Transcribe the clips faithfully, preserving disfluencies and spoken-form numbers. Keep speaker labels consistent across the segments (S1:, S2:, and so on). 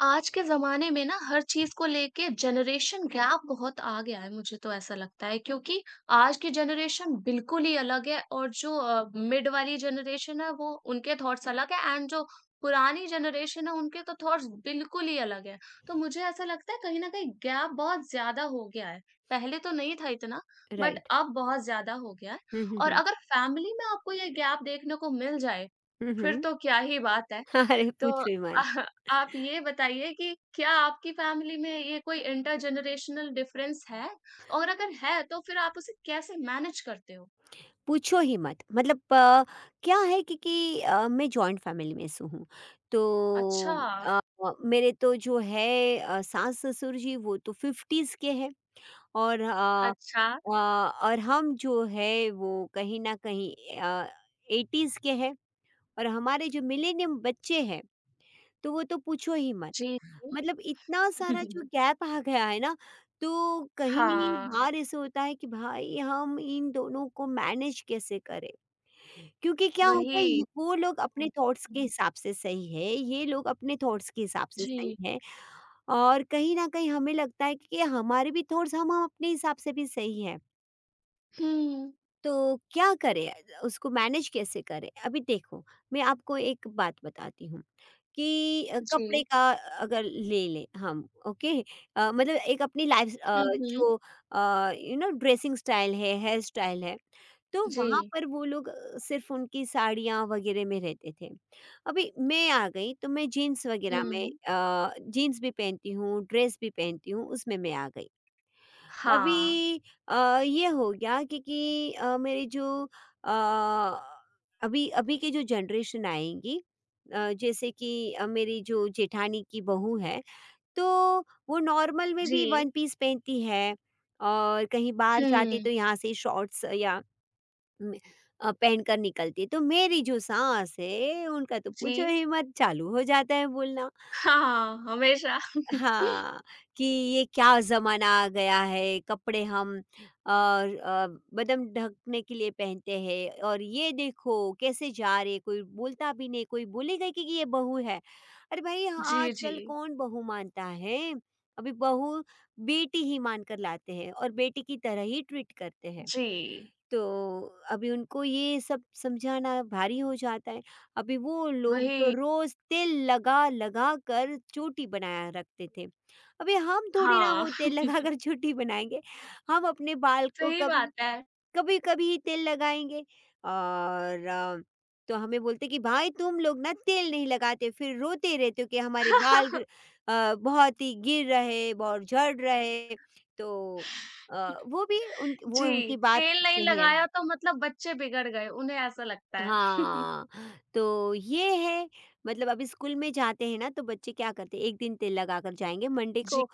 S1: आज के ज़माने में ना हर चीज़ को लेके जनरेशन गैप बहुत आ गया है मुझे तो ऐसा लगता है क्योंकि आज की जनरेशन बिल्कुल ही अलग है और जो अ, मिड वाली जनरेशन है वो उनके थॉट्स अलग है एंड जो पुरानी जनरेशन है उनके तो थॉट्स बिल्कुल ही अलग है। तो मुझे ऐसा लगता है कहीं न कहीं गैप बहुत ज़्यादा हो गया है। पहले तो नहीं था इतना बट
S2: राइट।
S1: अब बहुत ज़्यादा हो गया है
S2: हुँ, हुँ,
S1: और
S2: हुँ।
S1: अगर फैमिली में आपको ये गैप देखने को मिल जाए,
S2: हुँ,
S1: फिर
S2: हुँ।
S1: तो क्या ही बात है।
S2: अरे
S1: तो
S2: पूछो ही मत,
S1: आप ये बताइए कि क्या आपकी फ़ैमिली में ये कोई इंटरजेनरेशनल डिफरेंस है? और अगर है तो फिर आप उसे कैसे मैनेज करते हो?
S2: पूछो ही मत। मतलब अ, क्या है कि कि अ, मैं जॉइंट फैमिली में से हूँ।
S1: अच्छा,
S2: तो अ, मेरे तो जो है अ, सास-ससुर जी वो तो फिफ्टीज़ के हैं और अ
S1: अच्छा।
S2: अ, और हम जो है वो कहीं न कहीं अ, एटीज़ के हैं और हमारे जो मिलेनियम बच्चे हैं तो वो तो पूछो ही मत।
S1: जी, जी।
S2: मतलब इतना सारा जो गैप आ गया है ना, तो कहीं
S1: हाँ,
S2: बार ऐसे होता है कि भाई हम इन दोनों को मैनेज कैसे करें? क्योंकि क्या होता है ये
S1: वही।
S2: वो लोग
S1: हुँ,
S2: अपने थॉट्स के
S1: हुँ,
S2: हिसाब से सही है, ये लोग अपने थॉट्स के हिसाब से सही
S1: जी।
S2: है और कहीं न कहीं हमें लगता है कि हमारे भी थॉट्स हम हम अपने हिसाब से भी सही है।
S1: हुँ,
S2: तो क्या करें? उसको मैनेज कैसे करें? अभी देखो, मैं आपको एक बात बताती हूँ कि अ,
S1: जी।
S2: कपड़े का अगर ले लें हम। ओके अ, मतलब एक अपनी लाइफ अ,
S1: हुँ, हुँ।
S2: जो यू नो ड्रेसिंग स्टाइल है, हेयर स्टाइल है, तो
S1: जी।
S2: वहाँ पर वो लोग अ, सिर्फ़ उनकी साड़ियाँ वगैरह में रहते थे। अभी मैं आ गई तो मैं जीन्स वगैरह में
S1: हुँ।
S2: अ, जीन्स भी पहनती हूँ, ड्रेस भी पहनती हूँ, उसमें मैं आ गई।
S1: हाँ।
S2: अभी अ, ये हो गया क्योंकि अ, मेरे जो अ, अभी अभी के जो जनरेशन आएंगी अ, जैसे कि अ, मेरी जो जेठानी की बहू है तो वो नॉर्मल में भी
S1: जी।
S2: वन पीस पहनती है और कहीं बाहर जाती
S1: हुँ।
S2: तो यहाँ से शॉर्ट्स या हम्म, अ, पहनकर निकलती है। तो मेरी जो सास है उनका तो
S1: जी।
S2: पूछो ही मत चालू हो जाता है बोलना।
S1: हाँ, हमेशा।
S2: हाँ, कि ये क्या ज़माना आ गया है, कपड़े हम अ अ, बदन ढकने के लिए पहनते हैं और ये देखो कैसे जा रही है, कोई बोलता भी नहीं, कोई बोलेगा कि ये बहू है। अरे भाई हाँ,
S1: जी, जी।
S2: आजकल कौन बहू मानता है? अभी बहू बेटी ही मानकर लाते हैं और बेटी की तरह ही ट्रीट करते हैं।
S1: जी,
S2: तो अभी उनको ये सब समझाना भारी हो जाता है। अभी वो लोग तो
S1: वही।
S2: रोज़ तेल लगा-लगा कर चोटी बनाया रखते थे। अभी हम थोड़ी ना
S1: हाँ,
S2: वो तेल लगाकर चोटी बनाएँगे। हम अपने बाल को
S1: सही
S2: कभी
S1: बात है।
S2: कभी-कभी ही तेल लगाएँगे और अ, तो हमें बोलते कि भाई तुम लोग ना तेल नहीं लगाते फिर रोते रहते हो कि हमारे बाल ग अ, बहुत ही गिर रहे और झड़ रहे। तो अ, वो भी उन वो
S1: जी,
S2: उनकी बात
S1: तेल नहीं
S2: सही है।
S1: लगाया तो मतलब बच्चे बिगड़ गए, उन्हें ऐसा लगता है।
S2: हाँ, तो ये है। मतलब अभी स्कूल में जाते हैं ना तो बच्चे क्या करते हैं एक दिन तेल लगाकर जाएँगे मंडे
S1: जी,
S2: को,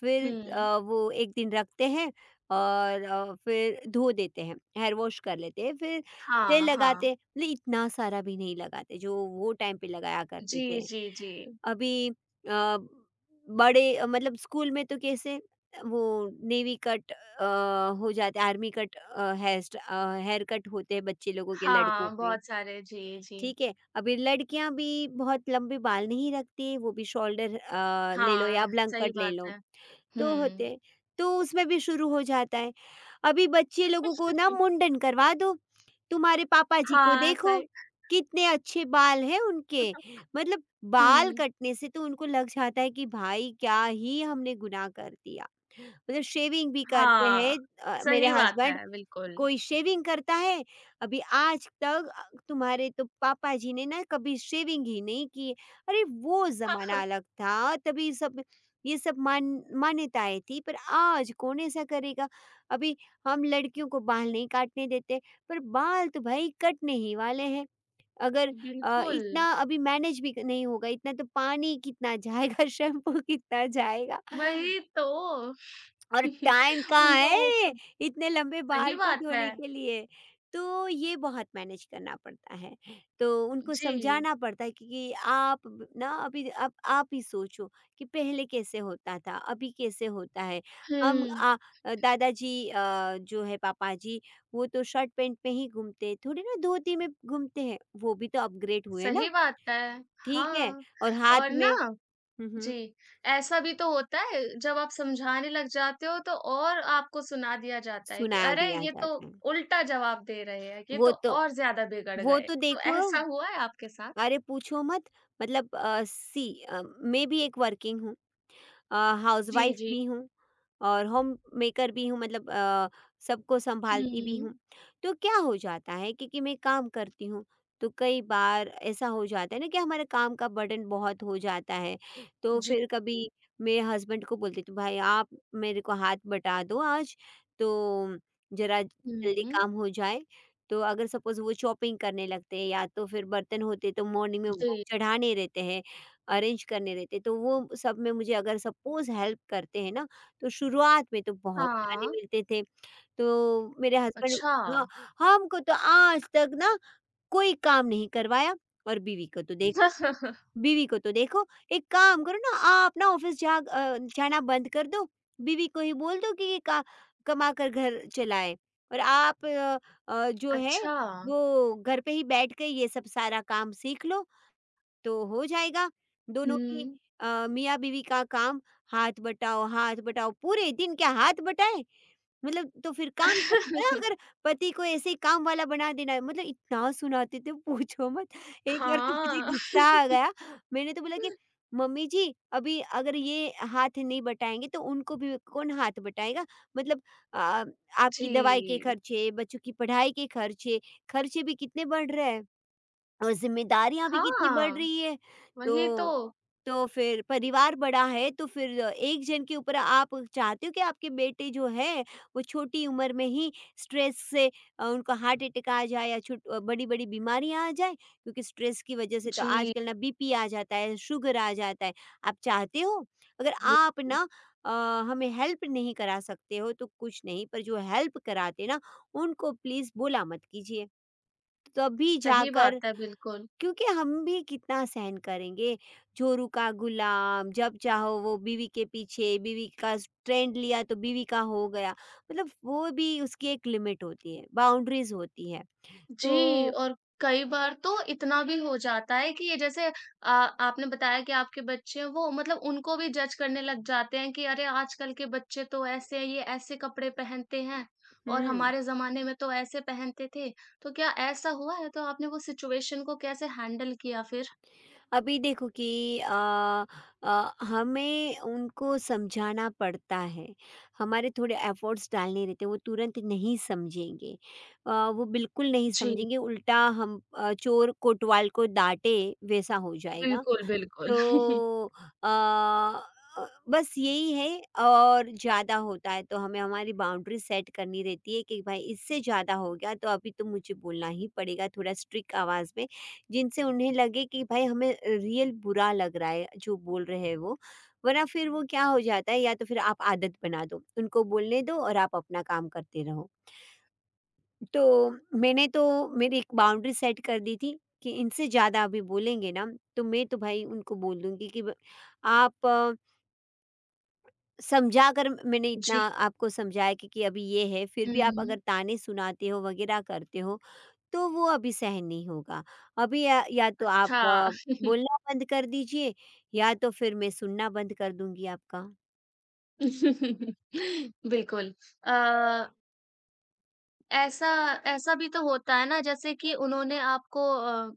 S2: फिर
S1: हुँ।
S2: अ, वो एक दिन रखते हैं और अ, फिर धो देते हैं, हेयर वॉश कर लेते हैं फिर
S1: हाँ,
S2: तेल लगाते
S1: हाँ।
S2: हैं, मतलब इतना सारा भी नहीं लगाते जो वो टाइम पे लगाया करते
S1: जी,
S2: थे।
S1: जी, जी।
S2: अभी अ, बड़े अ, मतलब स्कूल में तो कैसे वो नेवी कट अ, हो जाते आर्मी कट अ, हेयर स्टा अ, हेयर कट होते हैं बच्चे लोगों के लड़कों
S1: हाँ,
S2: के।
S1: बहुत सारे जी, जी।
S2: ठीक है, अभी लड़कियाँ भी बहुत लंबे बाल नहीं रखती, वो भी शोल्डर अ, ले लो या
S1: हाँ,
S2: ब्लैंक
S1: सही
S2: कट ले
S1: बात
S2: लो,
S1: है।
S2: तो होते
S1: हुँ।
S2: हैं। तो उसमें भी शुरू हो जाता है। अभी बच्चे लोगों को ना मुंडन करवा दो, तुम्हारे पापा जी को
S1: हाँ,
S2: देखो,
S1: सही
S2: कितने अच्छे बाल हैं उनके। मतलब बाल
S1: हुँ,
S2: कटने से तो उनको लग जाता है कि भाई क्या ही हमने गुनाह कर दिया। मतलब शेविंग भी करते हैं
S1: हाँ,
S2: अ, मेरे
S1: सही बात
S2: हस्बैंड।
S1: है, बिल्कुल।
S2: कोई शेविंग करता है? अभी आज तक अ, तुम्हारे तो पापा जी ने ना कभी शेविंग ही नहीं की है। अरे! वो ज़माना अलग था, तभी सब ये सब मान मान्यताएँ थी, पर आज कौन ऐसा करेगा? अभी हम लड़कियों को बाल नहीं काटने देते, पर बाल तो भई कटने ही वाले हैं। अगर अ,
S1: बिल्कुल,
S2: इतना अभी मैनेज भी नहीं होगा, इतना तो पानी कितना जाएगा, शैम्पू कितना जाएगा।
S1: वही तो।
S2: और टाइम कहाँ
S1: उनको वो
S2: है
S1: सब
S2: इतने लंबे
S1: सही
S2: बाल को
S1: बात है।
S2: धोने के लिए, तो ये बहुत मैनेज करना पड़ता है। तो उनको
S1: जी,
S2: समझाना पड़ता है कि कि आप ब- ना अभी अब आप ही सोचो कि पहले कैसे होता था अभी कैसे होता है। हम
S1: हुँ,
S2: आ, दादाजी अ, जो है पापा जी वो तो शर्ट पैंट में ही घूमते हैं, थोड़ी ना धोती में घूमते हैं, वो भी तो अपग्रेड हुए
S1: सही
S2: ना।
S1: बात है।
S2: ठीक है।
S1: हाँ,
S2: और हाथ
S1: और ना
S2: में। हम्म, हम्म।
S1: जी, ऐसा भी तो होता है जब आप समझाने लग जाते हो तो और आपको सुना दिया जाता है कि
S2: सुना
S1: अरे
S2: दिया
S1: ये तो
S2: जाता है।
S1: उल्टा जवाब दे रहे हैं, ये
S2: वो
S1: तो
S2: तो
S1: और ज़्यादा बिगड़
S2: वो
S1: गए।
S2: तो
S1: तो
S2: देखो,
S1: ऐसा हुआ है आपके साथ?
S2: अरे पूछो मत। मतलब अ, सी अ, मैं भी एक वर्किंग हूँ, अ,
S1: जी,
S2: हाउसवाइफ
S1: जी।
S2: भी हूँ और होम मेकर भी हूँ, मतलब अ, सबको
S1: हुँ,
S2: संभालती भी
S1: जी।
S2: हूँ। तो क्या हो जाता है क्योंकि मैं काम करती हूँ, तो कई बार ऐसा हो जाता है ना कि हमारे काम का बर्डन बहुत हो जाता है। तो फिर कभी
S1: जी।
S2: मेरे हस्बैंड को बोलती हूँ, "भाई आप मेरे को हाथ बटा दो आज, तो ज़रा
S1: हुँ,
S2: जल्दी
S1: हुँ,
S2: काम हो जाए।" तो अगर सपोज़ वो शॉपिंग करने लगते हैं या तो फिर बर्तन होते तो मॉर्निंग में वो
S1: जी।
S2: चढ़ाने रहते हैं, अरेंज करने रहते, तो वो सब में मुझे अगर सपोज़ हेल्प करते हैं ना, तो शुरुआत में तो बहुत गाने
S1: हाँ,
S2: मिलते थे। तो मेरे हस्बैंड।
S1: अच्छा।
S2: हाँ, हमको तो आज तक ना कोई काम नहीं करवाया और बीवी को तो देखो, बीवी को तो देखो, एक काम करो ना आप, ना ऑफ़िस जा अ, जाना बंद कर दो, बीवी को ही बोल दो कि ये का कमा कर घर चलाए और आप अ, अ, जो है
S1: अच्छा,
S2: वो घर पे ही बैठ के ये सब सारा काम सीख लो। तो हो जाएगा दोनों की
S1: हुँ।
S2: अ, मियाँ-बीवी का काम। हाथ बटाओ, हाथ बटाओ, पूरे दिन क्या हाथ बटाएँ? मतलब तो फिर काम तो हो गया अगर पति को ऐसे ही काम वाला बना देना है। मतलब इतना सुनाते थे पूछो मत। एक बार तो मुझे
S1: हाँ,
S2: गुस्सा आ गया, मैंने तो बोला कि मम्मी जी अभी अगर ये हाथ नहीं बटाएँगे तो उनको भी कौन हाथ बटाएगा? मतलब अ,
S1: जी।
S2: आपकी दवाई के खर्चे, बच्चों की पढ़ाई के खर्चे, खर्चे भी कितने बढ़ रहे हैं। और ज़िम्मेदारियाँ भी कितनी बढ़
S1: हाँ,
S2: रही है।
S1: वही तो।
S2: तो तो फिर परिवार बड़ा है तो फिर एक जन के ऊपर। आप चाहते हो कि आपके बेटे जो है वो छोटी उम्र में ही स्ट्रेस से अ, उनको हार्ट अटैक आ जाए या छुट बड़ी-बड़ी बीमारियाँ आ जाए, क्योंकि स्ट्रेस की वज़ह से तो
S1: जी,
S2: आजकल ना बी पी आ जाता है, शुगर आ जाता है। आप चाहते हो? अगर
S1: जी,
S2: आप ना अ, हमें हेल्प नहीं करा सकते हो तो कुछ नहीं, पर जो हेल्प कराते ना, उनको प्लीज़ बोला मत कीजिए। तभी
S1: सही
S2: जाकर,
S1: बात है बिल्कुल।
S2: क्योंकि हम भी कितना सहन करेंगे। जोरू का गुलाम जब चाहो वो बीवी के पीछे, बीवी का ट्रेंड लिया तो बीवी का हो गया, मतलब वो भी उसकी एक लिमिट होती है, बाउंड्रीज होती है। तो
S1: जी, और कई बार तो इतना भी हो जाता है कि ये जैसे अ, आपने बताया कि आपके बच्चे हैं वो मतलब उनको भी जज करने लग जाते हैं कि अरे आजकल के बच्चे तो ऐसे हैं, ये ऐसे कपड़े पहनते हैं और
S2: हम्म
S1: हमारे ज़माने में तो ऐसे पहनते थे। तो क्या ऐसा हुआ है? तो आपने वो सिचुएशन को कैसे हैंडल किया फिर?
S2: अभी देखो कि अ, अ, हमें उनको समझाना पड़ता है, हमारे थोड़े एफर्ट्स डालने रहते हैं, वो तुरंत नहीं समझेंगे, अ, वो बिल्कुल नहीं
S1: जी,
S2: समझेंगे, उल्टा हम अ, चोर कोतवाल को डांटे वैसा हो जाएगा।
S1: बिल्कुल, बिल्कुल।
S2: तो अ अ, बस यही है। और ज़्यादा होता है तो हमें हमारी बाउंड्री सेट करनी रहती है कि भाई इससे ज़्यादा हो गया तो अभी तो मुझे बोलना ही पड़ेगा थोड़ा स्ट्रिक्ट आवाज़ में, जिनसे उन्हें लगे कि भाई हमें रियल बुरा लग रहा है जो बोल रहे हैं वो। वरना फिर वो क्या हो जाता है, या तो फिर आप आदत बना दो उनको बोलने दो और आप अपना काम करते रहो। तो मैंने तो मेरी एक बाउंड्री सेट कर दी थी कि इनसे ज़्यादा अभी बोलेंगे ना तो मैं तो भाई उनको बोल दूंगी कि ब- आप अ, समझा कर मैंने इतना
S1: जी।
S2: आपको समझाया कि, कि अभी ये है, फिर भी आप
S1: हुँ,
S2: अगर ताने सुनाते हो वगैरह करते हो तो वो अभी सहन नहीं होगा। अभी या, या तो आप
S1: अच्छा।
S2: अ, बोलना बंद कर दीजिए, या तो फिर मैं सुनना बंद कर दूंगी आपका।
S1: बिल्कुल। अ ऐसा ऐसा भी तो होता है ना जैसे कि उन्होंने आपको अ,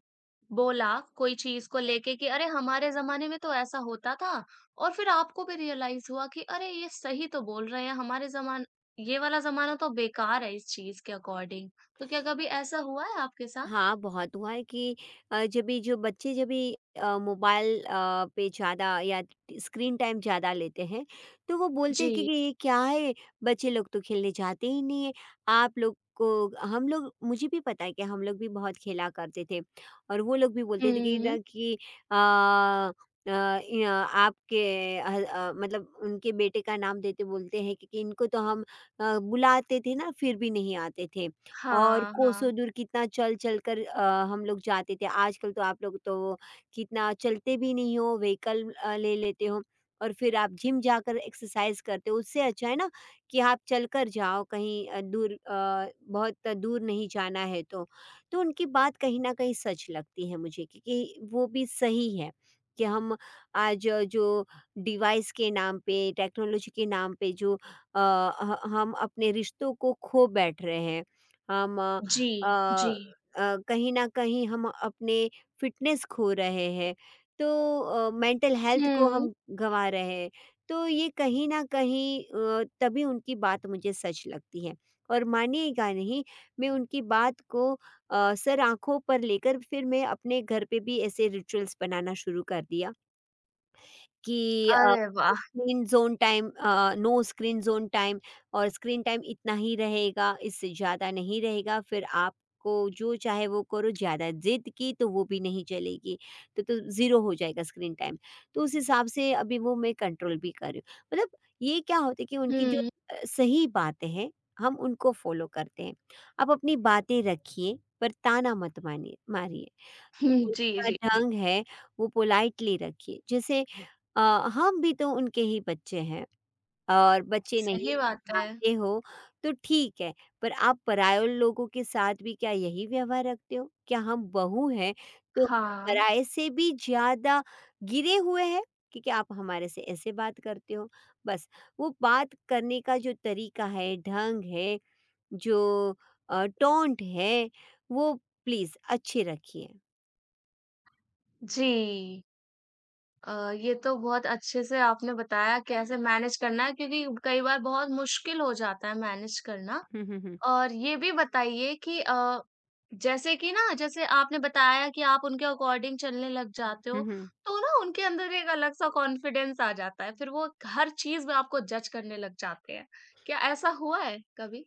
S1: बोला कोई चीज़ को लेके कि अरे हमारे ज़माने में तो ऐसा होता था और फिर आपको भी रियलाइज़ हुआ कि अरे ये सही तो बोल रहे हैं हमारे ज़मान ये वाला ज़माना तो बेकार है इस चीज़ के अकॉर्डिंग। तो क्या कभी ऐसा हुआ है आपके साथ?
S2: हाँ, बहुत हुआ है कि अ, जब भी जो बच्चे जब भी अ, मोबाइल अ, पे ज़्यादा या स्क्रीन टाइम ज़्यादा लेते हैं, तो वो बोलते हैं कि
S1: जी।
S2: कि ये क्या है? बच्चे लोग तो खेलने जाते ही नहीं है। आप लोग को हम लोग मुझे भी पता है कि हम लोग भी बहुत खेला करते थे और वो लोग भी बोलते थे कि
S1: हुँ।
S2: ना कि अ अ, इ अ, आपके अ अ, मतलब उनके बेटे का नाम देते बोलते हैं कि कि इनको तो हम अ, बुलाते थे ना, फिर भी नहीं आते थे। और
S1: हाँ,
S2: कोसों
S1: हाँ।
S2: दूर कितना चल-चल कर अ, हम लोग जाते थे। आजकल तो आप लोग तो कितना चलते भी नहीं हो, व्हीकल अ, ले लेते हो और फिर आप जिम जाकर एक्सरसाइज़ करते हो। उससे अच्छा है ना कि आप चलकर जाओ कहीं अ, दूर अ, बहुत दूर नहीं जाना है तो। तो उनकी बात कहीं न कहीं सच लगती है मुझे क्योंकि वो भी सही है कि हम आज अ, जो डिवाइस के नाम पे, टेक्नोलॉजी के नाम पे जो अ, ह हम अपने रिश्तों को खो बैठ रहे हैं। हम अ
S1: जी,
S2: अ
S1: जी।
S2: अ, कहीं न कहीं हम अपने फ़िटनेस खो रहे हैं, तो अ, मेंटल हेल्थ को
S1: हुँ।
S2: हम गँवा रहे हैं। तो ये कहीं न कहीं अ, तभी उनकी बात मुझे सच लगती है और मानिएगा नहीं, मैं उनकी बात को अ, सर आँखों पर लेकर फिर मैं अपने घर पे भी ऐसे रिचुअल्स बनाना शुरू कर दिया। कि अ,
S1: अरे वाह!
S2: Screen zone time uh, no screen zone time और स्क्रीन टाइम इतना ही रहेगा, इससे ज़्यादा नहीं रहेगा, फिर आपको जो चाहे वो करो, ज़्यादा ज़िद की तो वो भी नहीं चलेगी, तो तो ज़ीरो हो जाएगा स्क्रीन टाइम। तो उस हिसाब से अभी वो मैं कंट्रोल भी कर रही हूँ। मतलब ये क्या होता है कि
S1: हुँ।
S2: उनकी जो
S1: हुँ,
S2: अ, सही बातें हैं, हम उनको फ़ॉलो करते हैं। आप अपनी बातें रखिए पर ताना मत मानिए मारिए।
S1: जी,
S2: बोलने
S1: जी,
S2: का
S1: जी।
S2: ढंग है वो पोलाइटली रखिए जैसे अ, हम भी तो उनके ही बच्चे हैं और बच्चे नहीं
S1: सही बात है।
S2: मानते हो तो ठीक है पर आप पराये लोगों के साथ भी क्या यही व्यवहार रखते हो? क्या हम बहू हैं तो
S1: हाँ,
S2: पराये से भी ज़्यादा गिरे हुए हैं कि क्या आप हमारे से ऐसे बात करते हो? बस वो बात करने का जो तरीका है, ढंग है, जो अ, टोंट है वो प्लीज़ अच्छी रखिए।
S1: जी। अ, ये तो बहुत अच्छे से आपने बताया कैसे मैनेज करना है क्योंकि कई बार बहुत मुश्किल हो जाता है मैनेज करना।
S2: हुँ, हुँ, हुँ।
S1: और ये भी बताइए कि अ, जैसे कि ना जैसे आपने बताया कि आप उनके अकॉर्डिंग चलने लग जाते हो,
S2: हुँ।
S1: तो ना उनके अंदर एक अलग-सा कॉन्फिडेंस आ जाता है, फिर वो हर चीज़ में आपको जज करने लग जाते हैं। क्या ऐसा हुआ है कभी?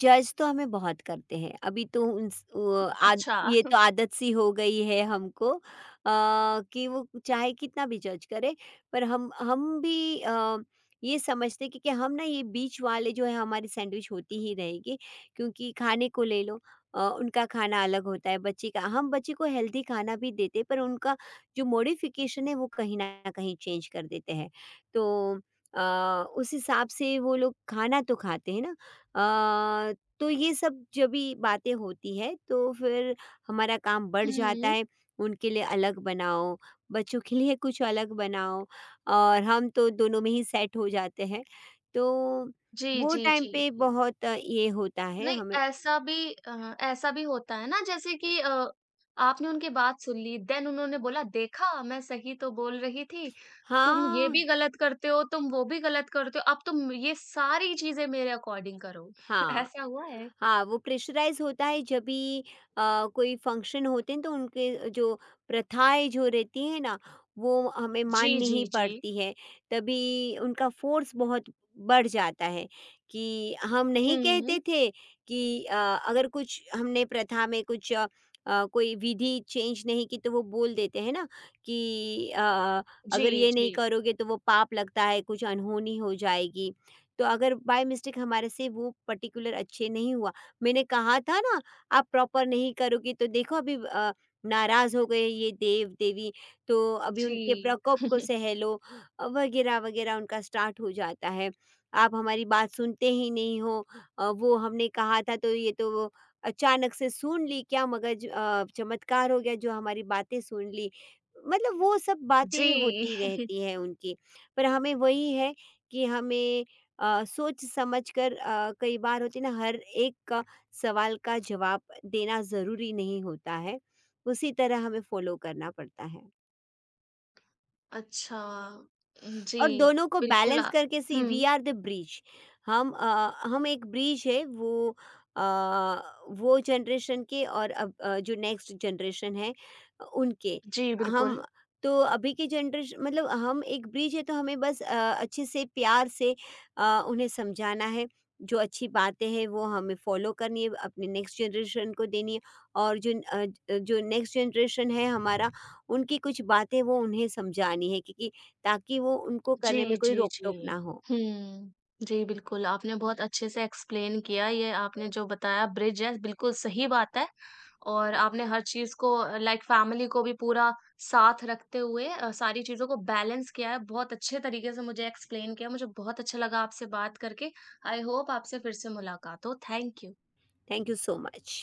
S2: जज तो हमें बहुत करते हैं, अभी तो उन्स वो आद
S1: अच्छा।
S2: ये तो आदत सी हो गई है हमको अ, कि वो चाहे कितना भी जज करे, पर हम हम भी अ, ये समझते हैं कि कि हम ना ये बीच वाले जो है हमारी सैंडविच होती ही रहेगी, क्योंकि खाने को ले लो अ, उनका खाना अलग होता है, बच्चे का हम बच्चे को हेल्दी खाना भी देते हैं, पर उनका जो मॉडिफ़िकेशन है वो कहीं न कहीं चेंज कर देते हैं। तो अ, उस हिसाब से वो लोग खाना तो खाते हैं ना। अ, तो ये सब जब भी बातें होती है तो फिर हमारा काम बढ़ जाता
S1: हुँ।
S2: है, उनके लिए अलग बनाओ, बच्चों के लिए कुछ अलग बनाओ और हम तो दोनों में ही सेट हो जाते हैं। तो
S1: जी,
S2: वो
S1: जी,
S2: टाइम
S1: जी,
S2: पे
S1: जी।
S2: बहुत अ, ये होता है
S1: नहीं,
S2: हमें।
S1: ऐसा भी अ, ऐसा भी होता है ना जैसे कि अ, आपने उनकी बात सुन ली, देन उन्होंने बोला देखा मैं सही तो बोल रही थी, तुम ये
S2: हाँ,
S1: भी गलत करते हो, तुम वो भी गलत करते हो, अब तुम ये सारी चीज़ें मेरे अकॉर्डिंग करो।
S2: हाँ।
S1: ऐसा हुआ है?
S2: हाँ, वो प्रेशराइज़ होता है जब भी अ, कोई फ़ंक्शन होते हैं तो उनके जो प्रथाएँ जो रहती हैं ना, वो हमें
S1: जी,
S2: माननी
S1: जी,
S2: ही
S1: जी।
S2: पड़ती है। तभी उनका फ़ोर्स बहुत बढ़ जाता है कि हम नहीं
S1: हुँ।
S2: कहते थे कि अ, अगर कुछ हमने प्रथा में कुछ अ, अ, कोई विधि चेंज नहीं की तो वो बोल देते हैं ना कि अ, अगर
S1: जी,
S2: ये नहीं
S1: जी।
S2: करोगे तो वो पाप लगता है, कुछ अनहोनी हो जाएगी। तो अगर बाय मिस्टेक हमारे से वो पर्टिकुलर अच्छे नहीं हुआ, मैंने कहा था ना आप प्रॉपर नहीं करोगी तो देखो अभी अ, नाराज हो गए ये देव देवी, तो अभी उनके
S1: जी,
S2: प्रकोप को सह लो, अ, वगैरह वगैरह उनका स्टार्ट हो जाता है। आप हमारी बात सुनते ही नहीं हो, अ, वो हमने कहा था तो ये तो वो अचानक से सुन ली, क्या मगज अ, चमत्कार हो गया जो हमारी बातें सुन ली। मतलब वो सब
S1: जी।
S2: बातें होती रहती है उनकी। पर हमें वही है कि हमें अ, सोच समझ कर अ, कई बार होती ना हर एक सवाल का जवाब देना ज़रूरी नहीं होता है, उसी तरह हमें फ़ॉलो करना पड़ता है।
S1: अच्छा। उम, जी,
S2: और दोनों को
S1: बिल्कुल
S2: बैलेंस
S1: आ
S2: करके see we
S1: um.
S2: Are the bridge. हम अ, हम एक ब्रिज है वो अ, वो जनरेशन के और अब अ, जो नेक्स्ट जनरेशन है उनके
S1: जी,
S2: हम,
S1: बिल्कुल।
S2: तो अभी के जनरेशन मतलब हम एक ब्रिज है तो हमें बस अ, अच्छे से प्यार से अ, उन्हें समझाना है। जो अच्छी बातें हैं वो हमें फॉलो करनी है अपने नेक्स्ट जनरेशन को देनी है और जो अ, जो नेक्स्ट जनरेशन है हमारा उनकी कुछ बातें वो उन्हें समझानी है, क्योंकि ताकि वो उनको करने
S1: जी,
S2: में कोई
S1: जी,
S2: रोक-टोक
S1: जी।
S2: ना हो।
S1: हुँ। जी, बिल्कुल, आपने बहुत अच्छे से एक्सप्लेन किया ये आपने जो बताया ब्रिज है, बिल्कुल सही बात है और आपने हर चीज़ को अ, लाइक फैमिली को भी पूरा साथ रखते हुए अ, सारी चीज़ों को बैलेंस किया है, बहुत अच्छे तरीके से मुझे एक्सप्लेन किया, मुझे बहुत अच्छा लगा आपसे बात करके। आई होप आपसे फिर से मुलाकात हो। Thank you.
S2: Thank you so much.